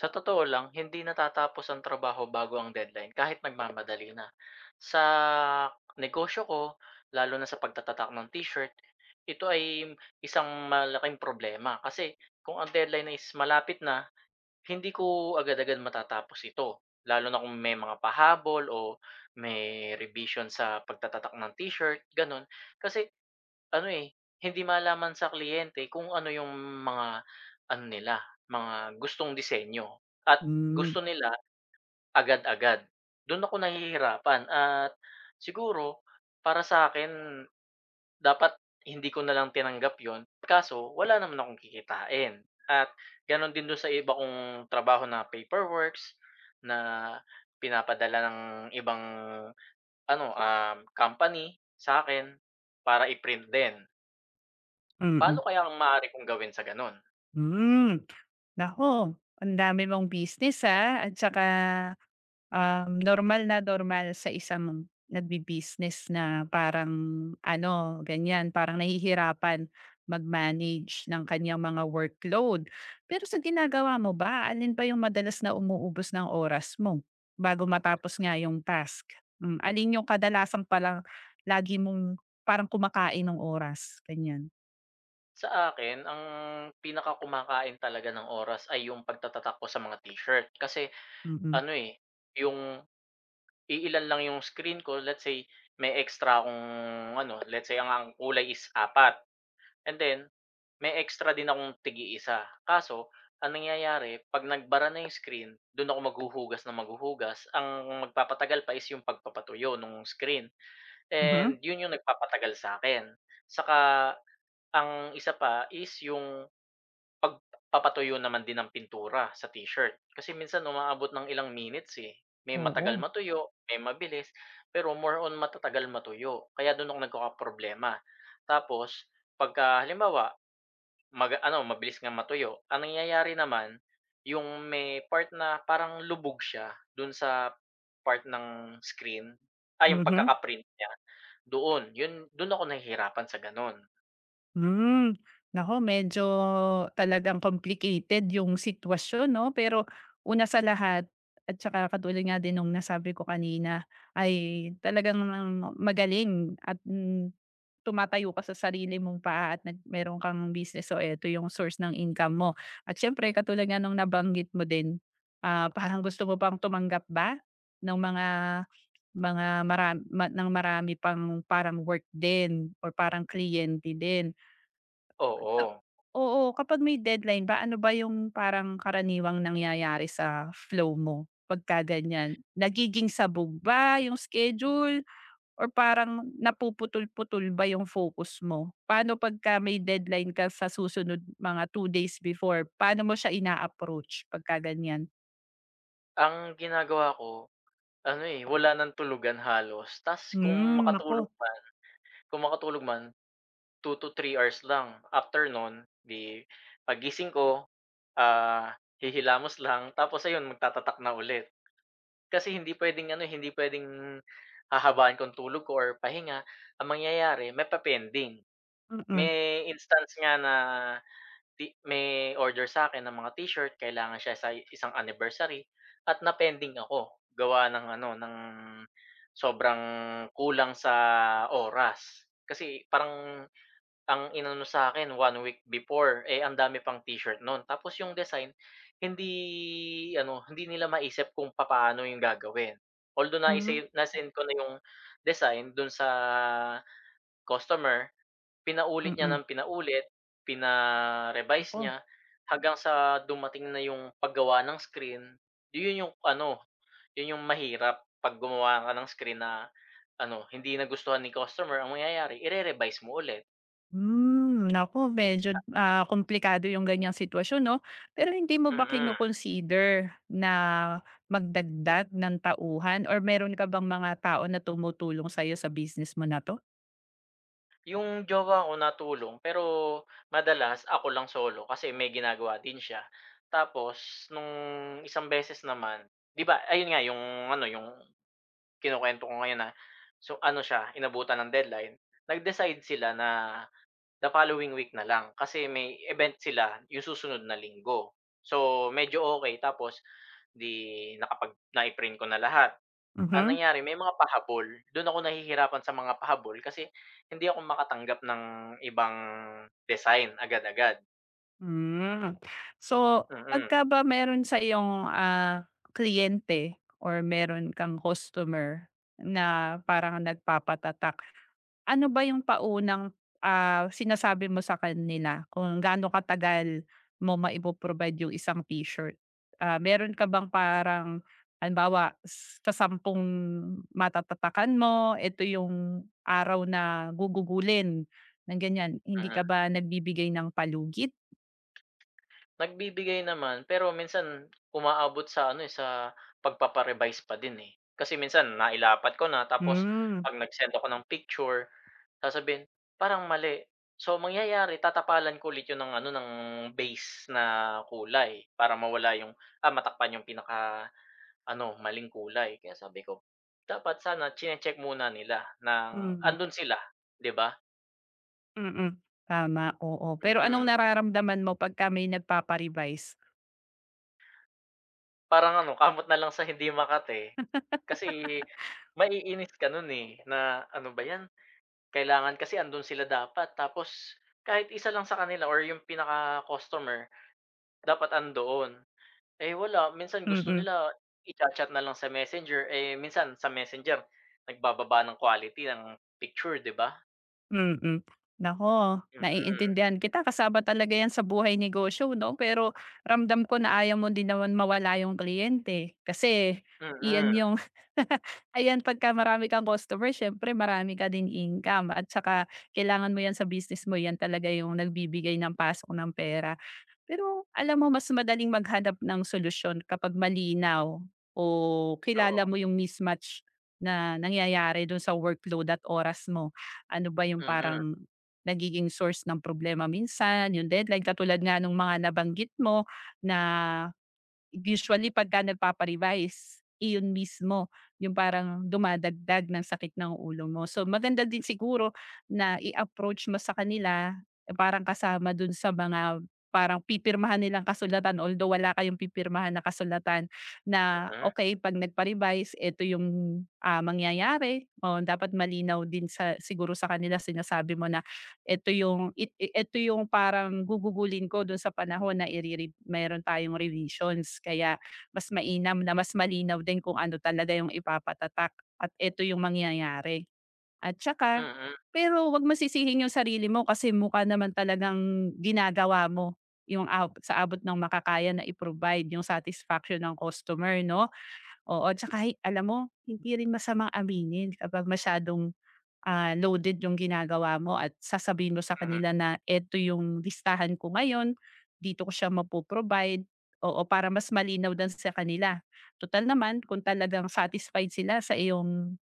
Sa totoo lang, hindi natatapos ang trabaho bago ang deadline kahit nagmamadali na. Sa negosyo ko, lalo na sa pagtatatak ng t-shirt, ito ay isang malaking problema kasi kung ang deadline is malapit na, hindi ko agad-agad matatapos ito, lalo na kung may mga pahabol o may revision sa pagtatatak ng t-shirt, gano'n. Kasi ano, eh, hindi malaman sa kliyente kung ano yung mga ano nila, mga gustong disenyo at Hmm. gusto nila agad-agad. Do'n ako nahihirapan at siguro para sa akin dapat hindi ko na lang tinanggap yon kaso wala naman akong kikitain at gano'n din do'n sa iba kong trabaho na paperworks na pinapadala ng ibang ano, company sa akin para i-print din. Paano Mm. kaya ang maaari kong gawin sa gano'n? Hmm, Naku, ang dami mong business, at saka, normal na normal sa isang nagbi-business na parang ano, ganyan, parang nahihirapan mag-manage ng kaniyang mga workload. Pero sa ginagawa mo ba, alin ba yung madalas na umuubos ng oras mo bago matapos nga yung task? Alin yung kadalasan palang lagi mong parang kumakain ng oras, ganyan? Sa akin ang pinakakumakain talaga ng oras ay yung pagtatatak ko sa mga t-shirt kasi Mm. ano, eh, yung iilan lang yung screen ko, let's say may extra akong ano, let's say ang kulay is apat, and then may extra din akong tig isa. Kaso ang nangyayari 'pag nagbara na yung screen, dun ako maghuhugas na maghuhugas, ang magpapatagal pa is yung pagpapatuyo ng screen Mhm, and yun yung nagpapatagal sa akin. Saka ang isa pa is yung pagpapatuyo naman din ng pintura sa t-shirt. Kasi minsan umaabot ng ilang minutes, eh. May oo. matagal matuyo, may mabilis, pero more on matatagal matuyo. Kaya do'n ako nagkakaproblema. Tapos pagka halimbawa mag ano, mabilis ngang matuyo, ang nangyayari naman yung may part na parang lubog siya do'n sa part ng screen, ay yung Mhm, pagkaka niya, doon. Yun do'n ako nahihirapan sa gano'n. hmm. Naku, medyo talagang complicated yung sitwasyon 'no, pero una sa lahat at saka katulad nga din nung nasabi ko kanina ay talagang magaling at, tumatayo ka sa sarili mong paa at nag meron kang business, so eto yung source ng income mo. At siyempre katulad nga nung nabanggit mo din, parang gusto mo pang tumanggap ba ng mga marami pang parang work din or parang kliyente din. Oo. O, oo, kapag may deadline ba, ano ba yung parang karaniwang nangyayari sa flow mo pagka ganyan? Nagiging sabog ba yung schedule or parang napuputol-putol ba yung focus mo? Paano pagka may deadline ka sa susunod mga 2 days before, paano mo siya ina-approach pagka ganyan? Ang ginagawa ko ano, eh, wala ng tulugan halos ta's kung Hmm, makatulog naku, man kung makatulog man 2 to three hours lang. After no'n 'di paggising ko, ah, hihilamos lang tapos ayun magtatatak na ulit. Kasi hindi puwedeng hahabaan ko ang tulog ko or pahinga. Ang mangyayari mapa-pending. mm, May instance nga na may order sa'kin ng mga t-shirt, kailangan siya sa isang anniversary at na-pending ako gawa ng sobrang kulang sa oras. Kasi parang ang inano sa akin one week before, eh, ang dami pang t-shirt nun. Tapos yung design hindi nila maisip kung paano yung gagawin. Although na hmm, na-send ko na yung design dun sa customer. Pinaulit niya mm, ng pinaulit, pina-revise naku. niya hanggang sa dumating na yung paggawa ng screen. Yun yung ano, yun yung mahirap 'pag gumawa ka ng screen na ano, hindi nagustuhan ni customer, ang mangyayari ire-revise mo ulit. Naku, medyo, komplikado yung ganyang sitwasyon 'no. Pero hindi mo ba Mm. kino-consider na magdagdag ng tauhan or meron ka bang mga tao na tumutulong sa'yo sa business mo na 'to? Yung jowa ko natulong pero madalas ako lang solo kasi may ginagawa din siya. Tapos nung isang beses naman 'di ba ayun nga yung kinukuwento ko ngayon na so ano siya, inabutan ng deadline. Nag-decide sila na the following week na lang kasi may event sila yung susunod na linggo. So, medyo okay tapos 'di nai-print ko na lahat. Ang Mhm, nangyari may mga pahabol, do'n ako nahihirapan sa mga pahabol kasi hindi ako makatanggap ng ibang design agad-agad. hmm. So, Mm, pagka ba meron sa iyong, kliyente or meron kang customer na parang nagpapatatak. Ano ba yung paunang, sinasabi mo sa kanila kung gaano katagal mo maipoprovide yung isang t-shirt? Ah, meron ka bang parang halimbawa sa 10 matatatakan mo, ito yung araw na gugugulin ng ganyan, hindi mm. ka ba nagbibigay ng palugit? Nagbibigay naman, pero minsan umaabot sa pagpapa-revise pa din, eh. Kasi minsan nailapat ko na tapos Hmm, 'pag nag-send ako ng picture sasabihin, "Parang mali." So, mangyayari tatapalan ko ulit 'yun ng base na kulay para mawala yung, matakpan yung pinaka-ano, maling kulay. Kaya sabi ko, dapat sana chine-check muna nila ng hmm, andun sila, 'di ba? mm. Tama, oo. Pero anong Mm. nararamdaman mo pagka may nagpapa. Parang ano, kamot na lang sa hindi makate. Kasi maiinis ka nun, eh, na ano ba 'yan, kailangan kasi andun sila dapat tapos kahit isa lang sa kanila or yung pinaka-customer dapat andoon. Eh, wala minsan gusto Mm. nila icha-chat na lang sa Messenger, eh, minsan sa Messenger nagbababa ng quality ng picture, 'di ba? Mm. Naku, Mm, naiintindihan kita, kasama talaga 'yan sa buhay negosyo 'no, pero ramdam ko na ayaw mo din naman mawala yung kliyente kasi mm, iyan yung ayan pagka marami kang customer siyempre marami ka din income at saka kailangan mo 'yan sa business mo, 'yan talaga yung nagbibigay ng pasok ng pera. Pero alam mo mas madaling maghanap ng solusyon kapag malinaw o kilala oo, mo yung mismatch na nangyayari dun sa workload at oras mo. Ano ba yung mm, parang nagiging source ng problema minsan, yung deadline katulad nga nung mga nabanggit mo na. Usually pagka nagpapa-revise, iyon mismo yung parang dumadagdag ng sakit ng ulo mo. So maganda din siguro na i-approach mo sa kanila, eh, parang kasama dun sa mga parang pipirmahan nilang kasulatan although wala kayong pipirmahan na kasulatan na, okay 'pag nagpa-revise ito yung, mangyayari. Oo, dapat malinaw din sa siguro sa kanila sinasabi mo na eto yung eto yung parang gugugulin ko dun sa panahon na irerib meron tayong revisions kaya mas mainam na mas malinaw din kung ano talaga yung ipapatatak at eto yung mangyayari. At tsaka mm, pero 'wag mo yung sarili mo kasi mukha naman talagang ginagawa mo yung ab sa abot ng makakaya na i-provide yung satisfaction ng customer 'no? Oo, tsaka alam mo hindi rin masamang aminin kapag masyadong, loaded yung ginagawa mo at sasabihin mo sa kanila mm. na eto yung listahan ko ngayon, dito ko siya mapo-provide, oo, para mas malinaw din sa kanila. Tutal naman kung talagang satisfied sila sa iyong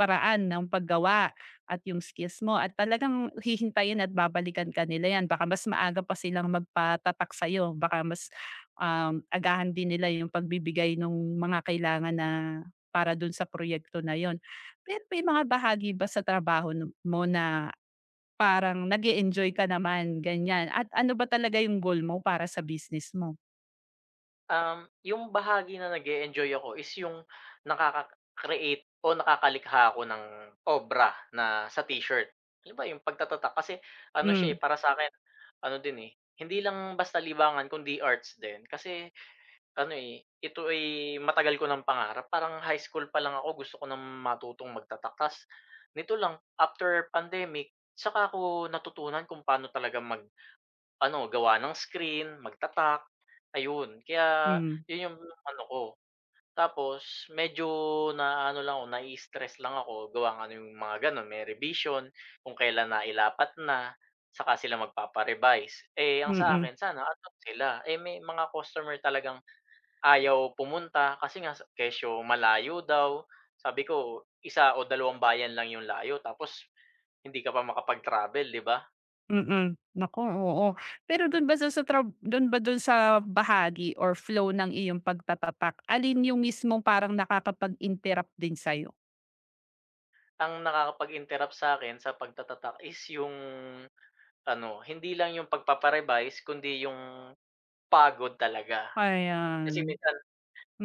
paraan ng paggawa at yung skills mo at talagang hihintayin at babalikan ka nila yan. Baka mas maaga pa silang magpatatak sa'yo, baka mas, agahan din nila yung pagbibigay ng mga kailangan na para dun sa proyekto na yun. Pero may mga bahagi ba sa trabaho nu mo na parang nag enjoy ka naman, ganyan? At ano ba talaga yung goal mo para sa business mo? Yung bahagi na nag-e-enjoy ako is yung nakaka-create o nakakalikha ako ng obra na sa t-shirt. Yun ba yung pagtatatak kasi ano siya, eh, Hmm, para sa akin ano din, eh, hindi lang basta libangan kundi arts din. Kasi ano, eh, ito ay matagal ko ng pangarap parang high school pa lang ako gusto ko ng matutong magtatakas. Nito lang after pandemic saka ko natutunan kung paano talaga mag ano, gawa ng screen, magtatak, ayun. Kaya hmm, yun yung ano ko. Tapos medyo na stress lang ako gawa ng ano nung mga gano'n may revision, kung kailan na ilapat na, saka sila magpapa-revise. Eh, ang sa mm. akin sana andun sila, eh, may mga customer talagang ayaw pumunta kasi nga sa kesyo malayo daw. Sabi ko, isa o dalawang bayan lang yung layo tapos hindi ka pa makapag-travel, 'di ba? Mm, naku, oo. Pero don ba don sa bahagi or flow ng iyong pagtatatak, alin yung mismong parang nakakapag-interrupt din sa'yo? Ang nakakapag-interrupt sa akin sa pagtatatak is yung ano, hindi lang yung pagpapa kundi yung pagod talaga. Kasi Ayan, minsan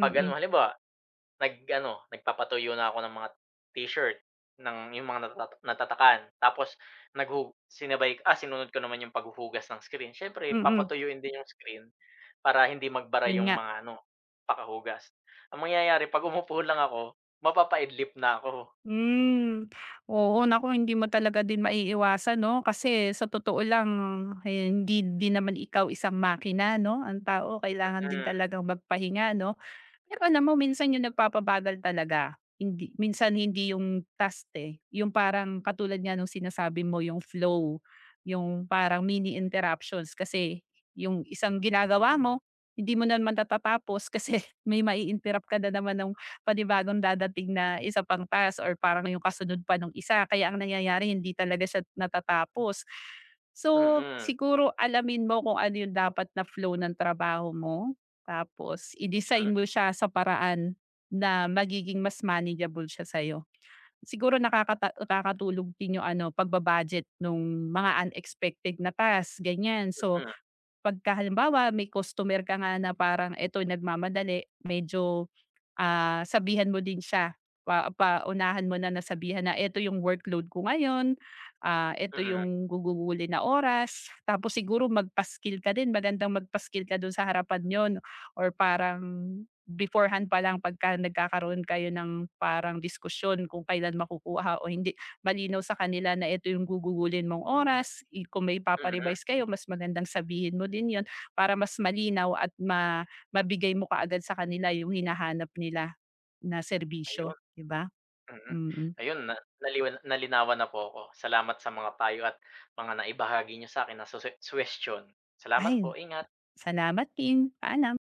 'pag ano, halimbawa, nagpapatuyo na ako ng mga t-shirt ng yung mga natatakan tapos sinunod ko naman yung paghuhugas ng screen. Siyempre mm, papatuyuin din yung screen para hindi magbara yun yung nga. mga ano, pakahugas. Ang mangyayari 'pag umupo lang ako, mapapaidlip na ako. Hmm, Oo, naku hindi mo talaga din maiiwasan 'no, kasi sa totoo lang, eh, hindi din naman ikaw isang makina 'no, ang tao kailangan din Mm, talagang magpahinga 'no? Pero alam mo minsan yung nagpapabagal talaga, hindi minsan hindi yung task eh, yung parang katulad nga nung sinasabi mo yung flow, yung parang mini interruptions kasi yung isang ginagawa mo, hindi mo naman natatapos kasi may mai-interrupt ka na naman ng panibagong dadating na isa pang task or parang yung kasunod pa ng isa kaya ang nangyayari hindi talaga siya natatapos. mm, So, mm, siguro alamin mo kung ano yung dapat na flow ng trabaho mo tapos mm, i-design mo siya sa paraan na magiging mas manageable siya sa'yo. Siguro nakakatulog din yung ano, pagba-budget nung mga unexpected na task, ganyan. So, mm, pagka halimbawa may customer ka nga na parang eto nagmamadali, medyo, sabihan mo din siya, paunahan mo na na sabihan na, "Eto yung workload ko ngayon, ah, eto mm. yung gugugulin na oras." Tapos siguro magpaskil ka din, magandang magpaskil skill ka dun sa harapan yon, or parang beforehand pa lang pagka nagkakaroon kayo ng parang diskusyon kung kailan makukuha o hindi, malinaw sa kanila na eto yung gugugulin mong oras, i kung may Mm. ipapa-revise kayo mas magandang sabihin mo din yon, para mas malinaw at ma mabigay mo kaagad sa kanila yung hinahanap nila na serbisyo, Ayun. 'di ba? Mm. Mm. Ayun na nalinawan na po ako. Salamat sa mga payo at mga naibahagi niyo sa akin na susu Salamat Ay, po, ingat. salamat din. Paalam.